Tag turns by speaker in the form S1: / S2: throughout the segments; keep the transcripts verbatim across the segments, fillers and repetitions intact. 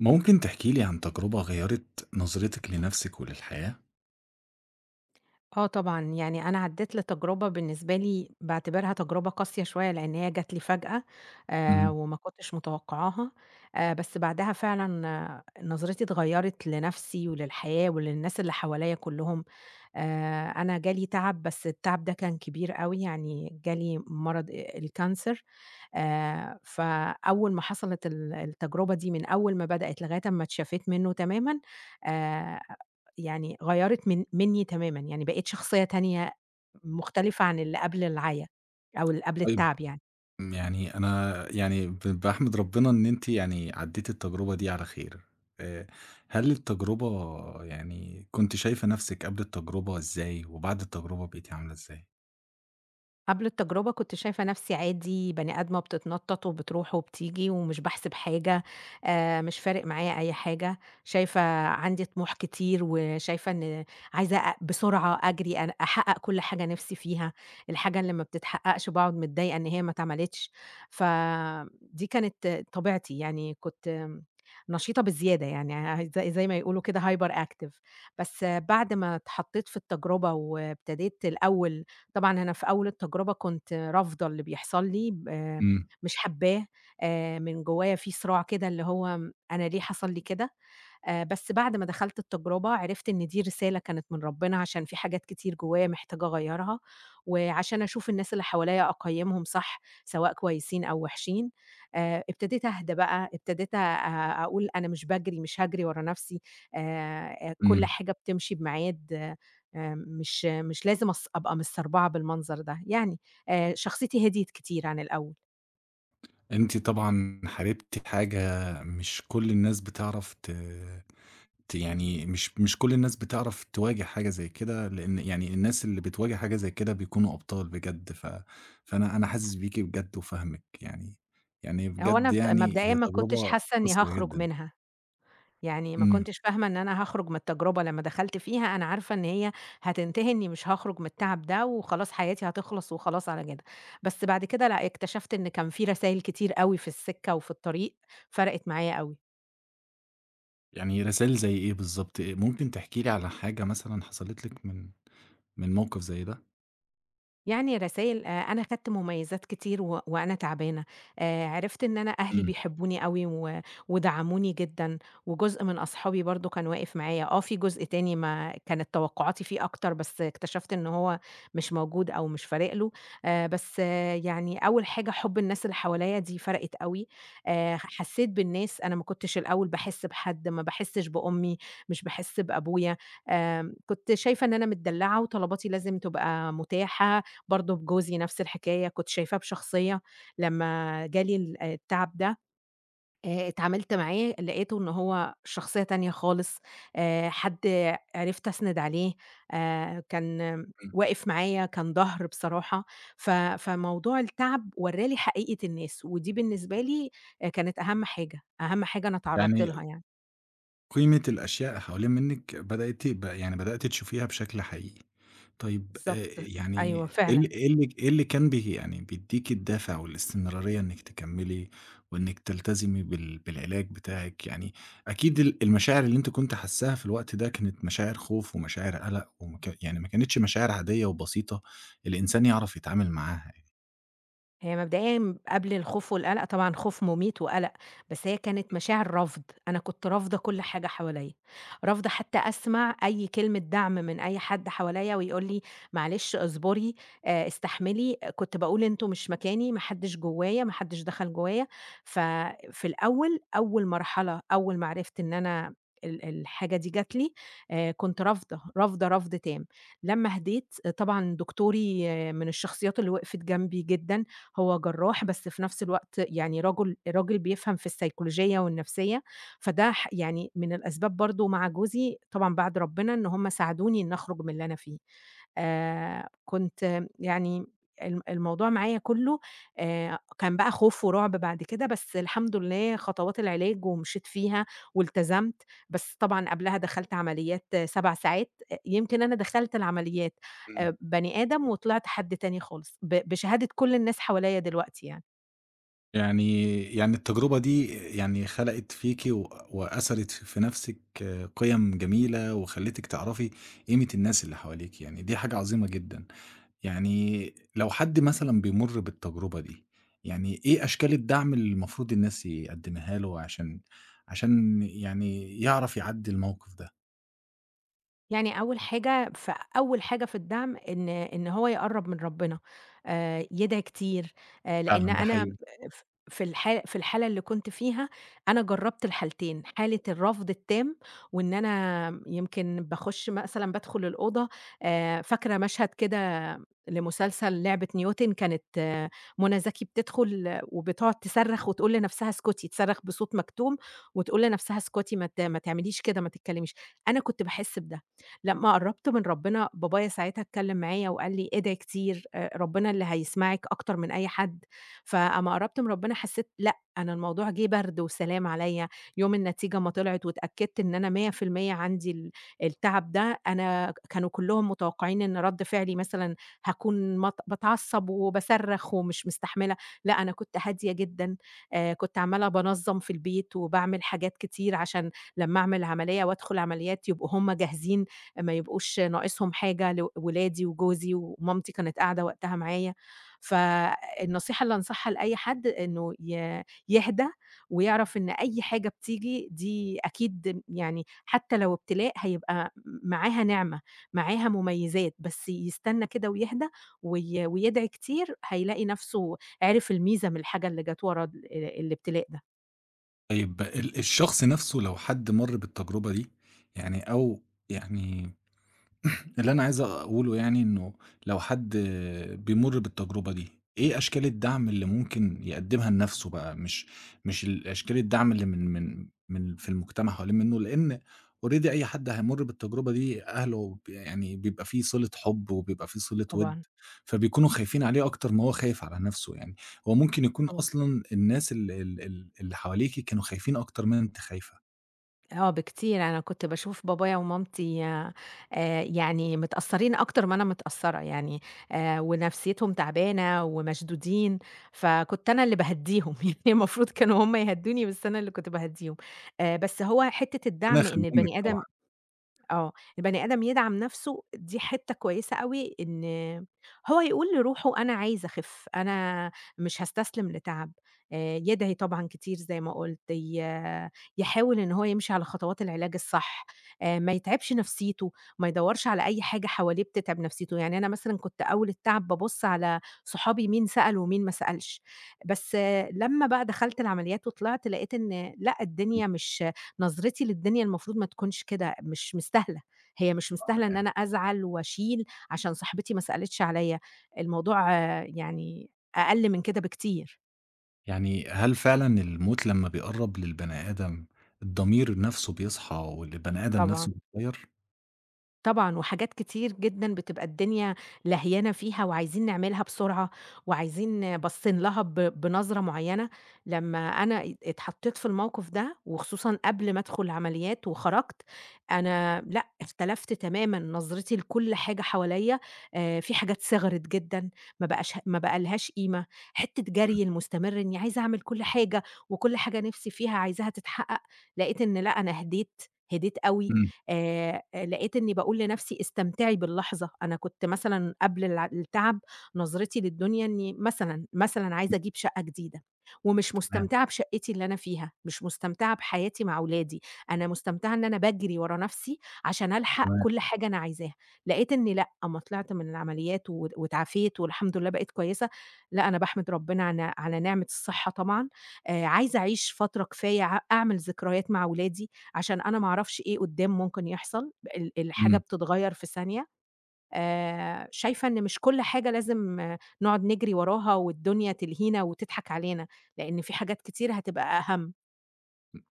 S1: ممكن تحكي لي عن تجربة غيّرت نظرتِك لنفسِك وللحياة؟
S2: آه طبعًا، يعني أنا عدّيت لتجربة بالنسبة لي باعتبرها تجربة قاسية شوية، لإن هي جات لي فجأة. آآ،
S1: إمم،
S2: وما كنتش متوقعاها. آآ، بس بعدها فعلًا آه نظرتي اتغيّرت لنفسي وللحياة وللناس اللي حواليّا كلّهم. آآ، أنا جالي تعب بس التعب ده كان كبير أوي، يعني جالي مرض، آآ، الكانسر. آآ، فأول ما حصلت ال التجربة دي من أول ما بدأت لغاية أمّا اتشافيت منّه تمامًا، آآ يعني غيّرِت من منّي تمامًا، يعني بقيت شخصية تانية مختلفة عن اللي قبل العَيا أو اللي قبل
S1: طيب
S2: التعب يعني.
S1: يعني أنا يعني ب باحمد ربنا إن أنتِ يعني عدّيتِ التجربة دي على خير. آآ، هل التجربة يعني كنتِ شايفة نفسِك قبل التجربة إزاي، وبعد التجربة بقيتِ عاملة إزاي؟
S2: قبل التجربة كنت شايفة نفسي عادي، بني آدمة بتتنطط وبتروح وبتيجي ومش باحسب حاجة، آآ مش فارق معايا أي حاجة، شايفة عندي طموح كتير وشايفة إن عايزة أ بسرعة أجري أن أحقق كل حاجة نفسي فيها، الحاجة اللي ما بتتحققش باقعد متضايقة إن هي ما اتعملتش، فدي كانت طبيعتي، يعني كنت آمم نشيطة بزيادة يعني ع زي زي ما يقولوا كده hyper active. بس بعد ما اتحطيت في التجربة وابتديت الأول طبعًا أنا في أول التجربة كنت رافضة اللي بيحصل لي، ب آه،
S1: إمم،
S2: مش حاباه. آآ من جوايا في صراع كده اللي هو م أنا ليه حصل لي كده؟ آآ بس بعد ما دخلت التجربة عرفت إن دي رسالة كانت من ربنا، عشان في حاجات كتير جوايا محتاجة أغيّرها، وعشان أشوف الناس اللي حواليّا أقيّمهم صح، سواء كويسين أو وحشين. آآ ابتديت أهدى بقى، ابتديت أ أقول أنا مش باجري، مش هاجري ورا نَفْسي، آآ كل
S1: إمم،
S2: حاجة بتمشي بميعاد. آآ مش مش لازم أص أبقى مستربعة بالمنظر ده. يعني آآ شخصيتي هديت كتير عن الأول.
S1: أنتِ طبعًا حاربتِ حاجة. مش كل الناس بتعرف ت يعني مش مش كل الناس بتعرف تواجه حاجة زي كده، لإن يعني الناس اللي بتواجه حاجة زي كده بيكونوا أبطال بجد، ف فأنا أنا حاسس بيكِ بجد وفاهمِك يعني، يعني
S2: هو أنا
S1: بجد
S2: بت
S1: يعني
S2: مبدئيًا
S1: هي
S2: ما كنتش
S1: تجربة
S2: حاسة إني
S1: قاسية
S2: هاخرج
S1: جدًا.
S2: منها. يعني ما
S1: إمم،
S2: كنتش فاهمة إن أنا هاخرج من التجربة لمّا دخلت فيها، أنا عارفة إن هي هتنتهي إني مش هاخرج من التعب ده، وخلاص حياتي هتخلص وخلاص على كده. بس بعد كده لأ، اكتشفت إن كان في رسايل كتير أوي في السكة وفي الطريق فرقت معايا أوي.
S1: يعني رسائل زي إيه بالضبط؟ آآ، ممكن تحكي لي على حاجة مثلًا حصلت لِك من من موقف زي ده؟
S2: يعني رسايل، آآ أنا خدت مميزات كتير و وأنا تعبانة. آآ عرفت إن أنا أهلي
S1: إمم،
S2: بيحبوني أوي و ودعموني جدًا، وجزء من أصحابي برضه كان واقف معايا، آه في جزء تاني ما كانت توقعاتي فيه أكتر، بس اكتشفت إن هو مش موجود أو مش فارق له. آآ بس آه، يعني أول حاجة حُب الناس اللي حواليّا دي فرقِت أوي. آآ حسيت بالناس، أنا ما كنتش الأول باحس بحد، ما باحسش بأمي، مش باحس بأبويا. آمم كنت شايفة إن أنا متدلّعة وطلباتي لازم تبقى متاحة. برضه بجوزي نفس الحكاية، كنت شايفاه بشخصية. لمّا جالي ال التعب ده، آآ اتعاملت معاه لقيته إن هو شخصية تانية خالص. آآ حد عرفت أسند عليه. آآ كان
S1: إمم،
S2: واقف معايا، كان ضهر بصراحة. ف فموضوع التعب ورّالي حقيقة الناس، ودي بالنسبة لي آآ كانت أهم حاجة، أهم حاجة أنا اتعرّضت
S1: يعني
S2: لها يعني.
S1: قيمة الأشياء حوالين منِك بدأت يبقى، يعني بدأتِ تشوفيها بشكل حقيقي. طيب آآ
S2: بالضبط، أيوه
S1: يعني إيه
S2: فعلًا.
S1: ال إيه اللي إيه اللي كان بي يعني بيدّيكِ الدافع والاستمرارية إنِّك تكمّلي وإنِّك تلتزمي بال بالعلاج بتاعِك؟ يعني أكيد ال المشاعر اللي أنتِ كنتِ حاسّاها في الوقت ده كانت مشاعر خوف ومشاعر قَلَق. وما ك يعني ما كانتش مشاعر عادية وبسيطة الإنسان يعرف يتعامل معاها يعني.
S2: هي مبدئيًا قبل الخوف والقلق طبعًا خوف مميت وقلق، بس هي كانت مشاعر رفض، أنا كنت رافضة كل حاجة حواليّا، رافضة حتى أسمع أي كلمة دعم من أي حد حواليّا ويقول لي معلش اصبري، آآ استحملي. كنت باقول أنتم مش مكاني، ما حدش جوايا، ما حدش دخل جوايا. ففي الأول أول مرحلة أول ما عرفت إن أنا ال الحاجة دي جات لي، آآ كنت رافضة، رافضة رفض تام. لمّا هديت آه، طبعًا دكتوري آه، من الشخصيات اللي وقفت جنبي جدًا، هو جراح بس في نفس الوقت يعني رجل راجل بيفهم في السيكولوجية والنفسية، فده ح يعني من الأسباب برضه مع جوزي طبعًا بعد ربنا إن هم ساعدوني إني أخرج من اللي أنا فيه. آآ كنت يعني الم الموضوع معايا كُلّه آآ كان بقى خوف ورعب بعد كده، بس الحمد لله خطوات العلاج ومشيت فيها والتزمت. بس طبعًا قبلها دخلت عمليات 7 ساعات، أ يمكن أنا دخلت العمليات
S1: إمم.
S2: آآ بني آدم وطلعت حد تاني خالص، ب بشهادة كل الناس حواليّا دلوقتي يعني.
S1: يعني يعني التجربة دي يعني خلقت فيكِ و وأثرت ف في نَفْسِك قِيَم جميلة، وخلّتِك تعرفي قيمة الناس اللي حواليكِ، يعني دي حاجة عظيمة جدًا. يعني لو حد مثلًا بيمُر بالتجربة دي، يعني إيه أشكال الدعم اللي المفروض الناس يقدّمها له عشان عشان يعني يعرف يعدّي الموقف ده؟
S2: يعني أول حاجة ف أول حاجة في الدعم إن إن هو يقرّب من ربنا، آآ يدعي كتير، آآ لإن
S1: فعلًا ده
S2: أنا
S1: حقيقي.
S2: ف في الحا في الحالة اللي كنت فيها، أنا جرّبت الحالتين، حالة الرفض التام، وإن أنا يمكن باخُش مثلًا بادخل الأوضة. آآ فاكرة مشهد كده لمسلسل لعبة نيوتن كانت آه، منى زكي بتدخل وبتقعد تصرّخ وتقول لنَفْسها اسكتي، تصرّخ بصوت مكتوم وتقول لنَفْسها اسكتي، ما ت ما تعمليش كده، ما تتكلميش. أنا كنت باحس بده. لمّا قرّبت من ربنا، بابايا ساعتها اتكلّم معايا وقال لي: "ادعي كتير، آآ ربنا اللي هيسمعِك أكتر من أي حد." فأمّا قرّبت من ربنا حسّيت لأ، أنا الموضوع جِه برْد وسلام عليّا. يوم النتيجة ما طلعت واتأكدت إن أنا مية في المية عندي ال التعب ده، أنا كانوا كلّهم متوقّعين إن رَد فعلي مثلًا هاكون مت باتعصّب وباصرّخ ومش مستحملة، لأ أنا كنت هادية جدًا. آآ كنت عمّالة بانظّم في البيت وباعمل حاجات كتير عشان لمّا أعمل عملية وأدخل عمليات يبقوا هم جاهزين، ما يبقوش ناقصهم حاجة لو ولادي وجوزي ومامتي كانت قاعدة وقتها معايا. فالنصيحة اللي أنصحها لأي حد إنه ي يهدى ويعرف إن أي حاجة بتيجي دي أكيد يعني حتى لو ابتلاء هيبقى م معاها نعمة، معاها مميزات، بس يستنى كده ويهدى وي ويدعي كتير هيلاقي نفسه عرف الميزة من الحاجة اللي جات ورا ال الابتلاء ده.
S1: طيب ال الشخص نَفْسه لو حد مَر بالتجربة دي، يعني أو يعني اللي أنا عايز أقوله يعني إنه لو حد بيمُر بالتجربة دي، إيه أشكال الدعم اللي ممكن يقدّمها لنَفْسه بقى؟ مش مش ال أشكال الدعم اللي من من من في المجتمع حوالين منّه، لإن already أي حد هيمُر بالتجربة دي أهله ب يعني بيبقى في صِلة حُب وبيبقى في صِلة وِد،
S2: طبعًا،
S1: فبيكونوا خايفين عليه أكتر ما هو خايف على نَفْسه يعني، هو ممكن يكون
S2: طبعًا.
S1: أصلًا الناس ال ال ال اللي حواليكِ كانوا خايفين أكتر ما أنتِ خايفة.
S2: آه بكتير، أنا كنت باشوف بابايا ومامتي آآ يعني متأثّرين أكتر ما أنا متأثّرة، يعني آآ ونفسيتهم تعبانة ومشدودين، فكنت أنا اللي باهدّيهم. يعني المفروض كانوا هم يهدّوني بس أنا اللي كنت باهدّيهم. آآ بس هو حتّة
S1: ربنا
S2: الدعم إن
S1: يخلّيهم لِك
S2: البني آدم
S1: طبعًا.
S2: آه، البني آدم يدعم نفسه دي حتّة كويسة أوي إن هو يقول لروحه أنا عايز أخِف، أنا مش هاستسلم لتعب. آآ يدعي طبعًا كتير زي ما قُلت، ي يحاول إن هو يمشي على خطوات العلاج الصح، آآ ما يتعبش نفسيته، ما يدوّرش على أي حاجة حواليه بتتعب نفسيته، يعني أنا مثلًا كنت أول التعب بابُص على صحابي مين سأل ومين ما سألش. بس آه، لمّا بقى دخلت العمليات وطلعت لقيت إن لأ، الدنيا مش، نظرتي للدنيا المفروض ما تكونش كده، مش مستاهلة، هي مش مستاهلة إن أنا أزعل وأشيل عشان صاحبتي ما سألتش عليَّ، الموضوع آه، يعني أقل من كده بكتير.
S1: يعني هل فعلًا الموت لمّا بيقرّب للبني آدم، الضمير نَفْسه بيصحى والبني آدم
S2: طبعًا.
S1: نَفْسه بيتغيّر؟
S2: طبعًا، وحاجات كتير جدًا بتبقى الدنيا لهيانة فيها وعايزين نعملها بسرعة، وعايزين باصين لها ب بنظرة معيّنة. لمّا أنا ات اتحطيت في الموقف ده، وخصوصًا قبل ما أدخل العمليات وخرجت، أنا لأ، اختلفت تمامًا نظرتي لكل حاجة حواليّا. آآ، في حاجات صغرت جدًا، ما بقاش، ما بقى لهاش قيمة، حتّة
S1: إمم،
S2: جري المستمر إني عايزة أعمل كل حاجة، وكل حاجة نفسي فيها عايزاها تتحقق، لقيت إن لأ، أنا هديت، هديت أوي.
S1: إمم،
S2: آآ لقيت إنّي باقول لنَفْسي استمتعي باللحظة. أنا كنت مثلًا قبل الع التعب نظرتي للدنيا إنّي مثلًا، مثلًا
S1: إمم،
S2: عايزة أجيب شقة جديدة ومش
S1: تمام،
S2: مستمتعة بشقتي اللي أنا فيها، مش مستمتعة بحياتي مع ولادي، أنا مستمتعة إن أنا باجري ورا نَفْسي عشان ألحق
S1: تمام،
S2: كل حاجة أنا عايزاها. لقيت إنّي لأ، أمّا طلعت من العمليات و واتعافيت والحمد لله بقيت كويسة، لأ أنا باحمد ربنا عن على نعمة الصحّة طبعًا. آآ عايزة أعيش فترة كفاية ع أعمل ذكريات مع ولادي، عشان أنا ما أعرفش إيه قدّام ممكن يحصل، ال الحاجة
S1: إمم.
S2: بتتغيّر في ثانية. آآ شايفة إن مش كل حاجة لازم آه، نقعد نجري وراها والدنيا تلهينا وتضحك علينا، لإن في حاجات كتير هتبقى أهم.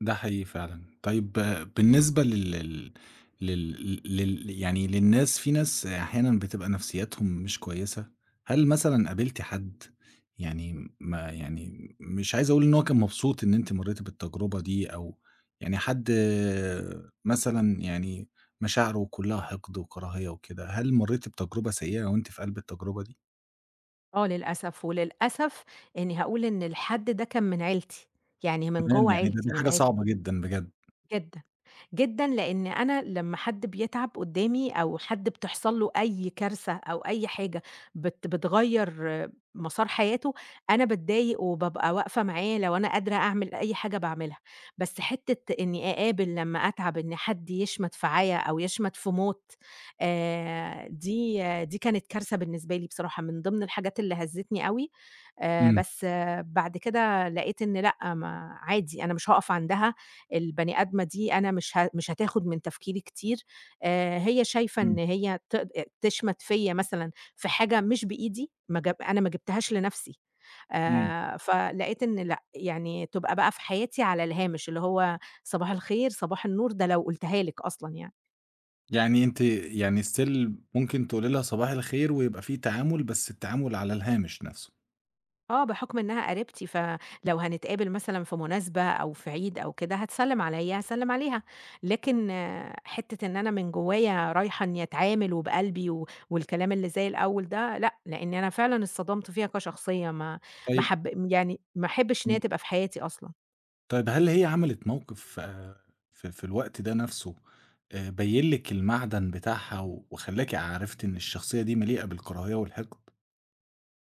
S1: ده حقيقي فعلًا. طيب آه، بالنسبة لل لل لل لل يعني للناس، في ناس أحيانًا بتبقى نفسيّاتهم مش كويسة، هل مثلًا قابلتِ حد يعني ما يعني مش عايز أقول إن هو كان مبسوط إن أنتِ مرّيتِ بالتجربة دي، أو يعني حد آه، مثلًا يعني مشاعره كلّها حقد وكراهية وكده، هل مرّيتِ بتجربة سيئة وأنتِ في قلب التجربة دي؟
S2: آه للأسف، وللأسف إني هاقول إن الحد ده كان من عيلتي، يعني من
S1: كمان
S2: جوّه
S1: يعني ده دي
S2: عيلتي، من
S1: حاجة
S2: عيل
S1: صعبة جدًا بجد.
S2: جدًا. جدًا، لإن أنا لمّا حد بيتعب قدّامي أو حد بتحصل له أي كارثة أو أي حاجة بت بتغيّر آه، مسار حياته، أنا باتضايق وبابقى واقفة معاه لو أنا قادرة أعمل أي حاجة باعملها. بس حتّة إني أقابل لمّا أتعب إن حد يشمت فيّا أو يشمت في موت، آآ، دي آه، دي كانت كارثة بالنسبة لي بصراحة، من ضمن الحاجات اللي هزّتني أوي. آآ،
S1: إمم،
S2: بس آه، بعد كده لقيت إن لأ، ما عادي، أنا مش هاقف عندها. البني آدمة دي أنا مش ه مش هتاخد من تفكيري كتير. آآ هي شايفة
S1: إمم،
S2: إن هي تقد تشمت فيّا مثلًا في حاجة مش بإيدي، ما جاب، أنا ما جبتهاش لنفسي.
S1: إمم.
S2: آآ فلقيت إن لأ، يعني تبقى بقى في حياتي على الهامش، اللي هو صباح الخير، صباح النور، ده لو قُلتها لِك أصلًا يعني.
S1: يعني أنتِ يعني still ممكن تقولي لها صباح الخير ويبقى في تعامل، بس التعامل على الهامش نفسه.
S2: آه، بحُكم إنها قريبتي، فلو هنتقابل مثلًا في مناسبة أو في عيد أو كده، هتسلِّم عليّا، هاسلِّم عليها. لكن آه، حتّة إن أنا من جوّايا رايحة إنّي أتعامل وبقلبي و والكلام اللي زي الأول ده، لأ، لإن أنا فعلًا اتصدمت فيها كشخصية، ما ما
S1: طيب
S2: حب يعني ما أحبّش إن هي
S1: إمم.
S2: تبقى في حياتي أصلًا.
S1: طيب هل هي عملت موقف آه، في في الوقت ده نفسه آآ بيّن لِك المعدن بتاعها وخلّاكِ عرفتِ إن الشخصية دي مليئة بالكراهية والحقد؟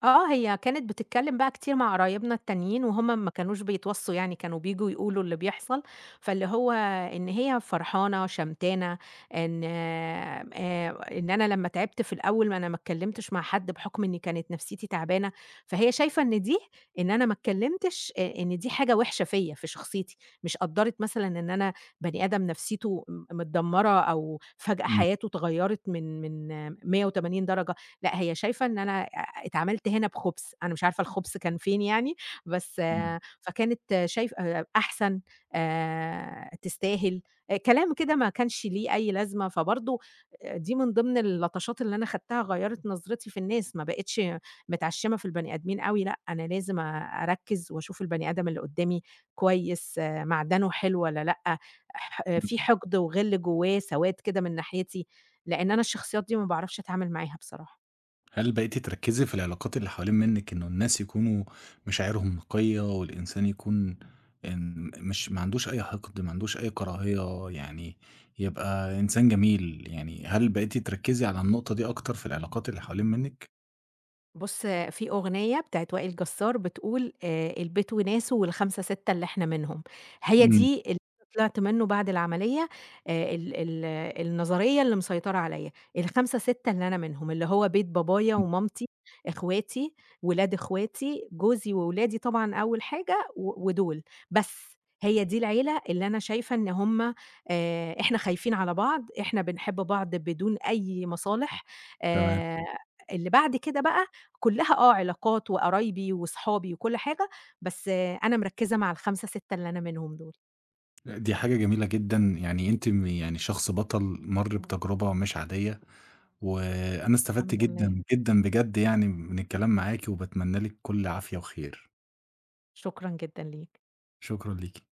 S2: آه، هي كانت بتتكلّم بقى كتير مع قرايبنا التانيين وهُم ما كانوش بيتوصّوا يعني، كانوا بييجوا يقولوا اللي بيحصل، فاللي هو إن هي فرحانة، شمتانة، إن آآ إن أنا لمّا تعبت في الأول ما أنا ما اتكلّمتش مع حد بحُكم إني كانت نفسيتي تعبانة، فهي شايفة إن دي، إن أنا ما اتكلّمتش، آآ إن دي حاجة وِحشة فيّا، في شخصيتي، مش قدّرِت مثلًا إن أنا بني آدم نفسيته م متدمّرة أو فجأة
S1: إمم،
S2: حياته اتغيّرت من من مية وتمانين درجة. لأ، هي شايفة إن أنا آآ اتعاملت هنا بخُبْث، أنا مش عارفة الخُبْث كان فين يعني. بس
S1: إمم،
S2: فكانت شايف، آآ أحسن، آآ تستاهل، آآ كلام كده ما كانش ليه أي لازمة، فبرضه آآ دي من ضمن اللطشات اللي أنا خدتها غيّرت نظرتي في الناس، ما بقيتش متعشّمة في البني آدمين أوي. لأ، أنا لازم أ أركّز وأشوف البني آدم اللي قدّامي كويس، معدنه حلو والّا لأ، ح
S1: إمم.
S2: في حقد وغِل جوّاه، سواد كده من ناحيتي، لإن أنا الشخصيات دي ما باعرفش أتعامل معاها بصراحة.
S1: هل بقيتِ تركّزي في العلاقات اللي حوالين منِّك إنه الناس يكونوا مشاعرهم نقية والإنسان يكون، إن مش ما عندوش أي حقد، ما عندوش أي كراهية، يعني يبقى إنسان جميل، يعني هل بقيتِ تركّزي على النقطة دي أكتر في العلاقات اللي حوالين منِّك؟
S2: بُص، في أغنية بتاعة وائل جسار بتقول آآ، البيت وناسه والخمسة، سِتة اللي إحنا منهم، هي
S1: إمم،
S2: دي اللي أنا طلعت منه بعد العملية. آآ، ال ال النظرية اللي مسيطرة عليَّ، الخمسة، سِتة اللي أنا منهم، اللي هو بيت بابايا
S1: إمم،
S2: ومامتي، إخواتي، ولاد إخواتي، جوزي وولادي طبعًا أول حاجة و ودول، بس هي دي العيلة اللي أنا شايفة إن هُم، آآ، إحنا خايفين على بعض، إحنا بنحب بعض بدون أي مصالح.
S1: تمام.
S2: آآ، اللي بعد كده بقى كلّها آه، علاقات وقرايبي وصحابي وكل حاجة، بس آه، أنا مركّزة مع ال5، ستة اللي أنا منهم دول.
S1: دي حاجة جميلة جدًا، يعني أنتِ م يعني شخص بطل مَر بتجربة مش عادية، وأنا استفدت
S2: الحمد لله.
S1: جدًا، جدًا بجد يعني من الكلام معاكِ، وباتمنى لِك كل عافية وخير.
S2: شكرًا جدًا ليك.
S1: شكرًا ليكِ.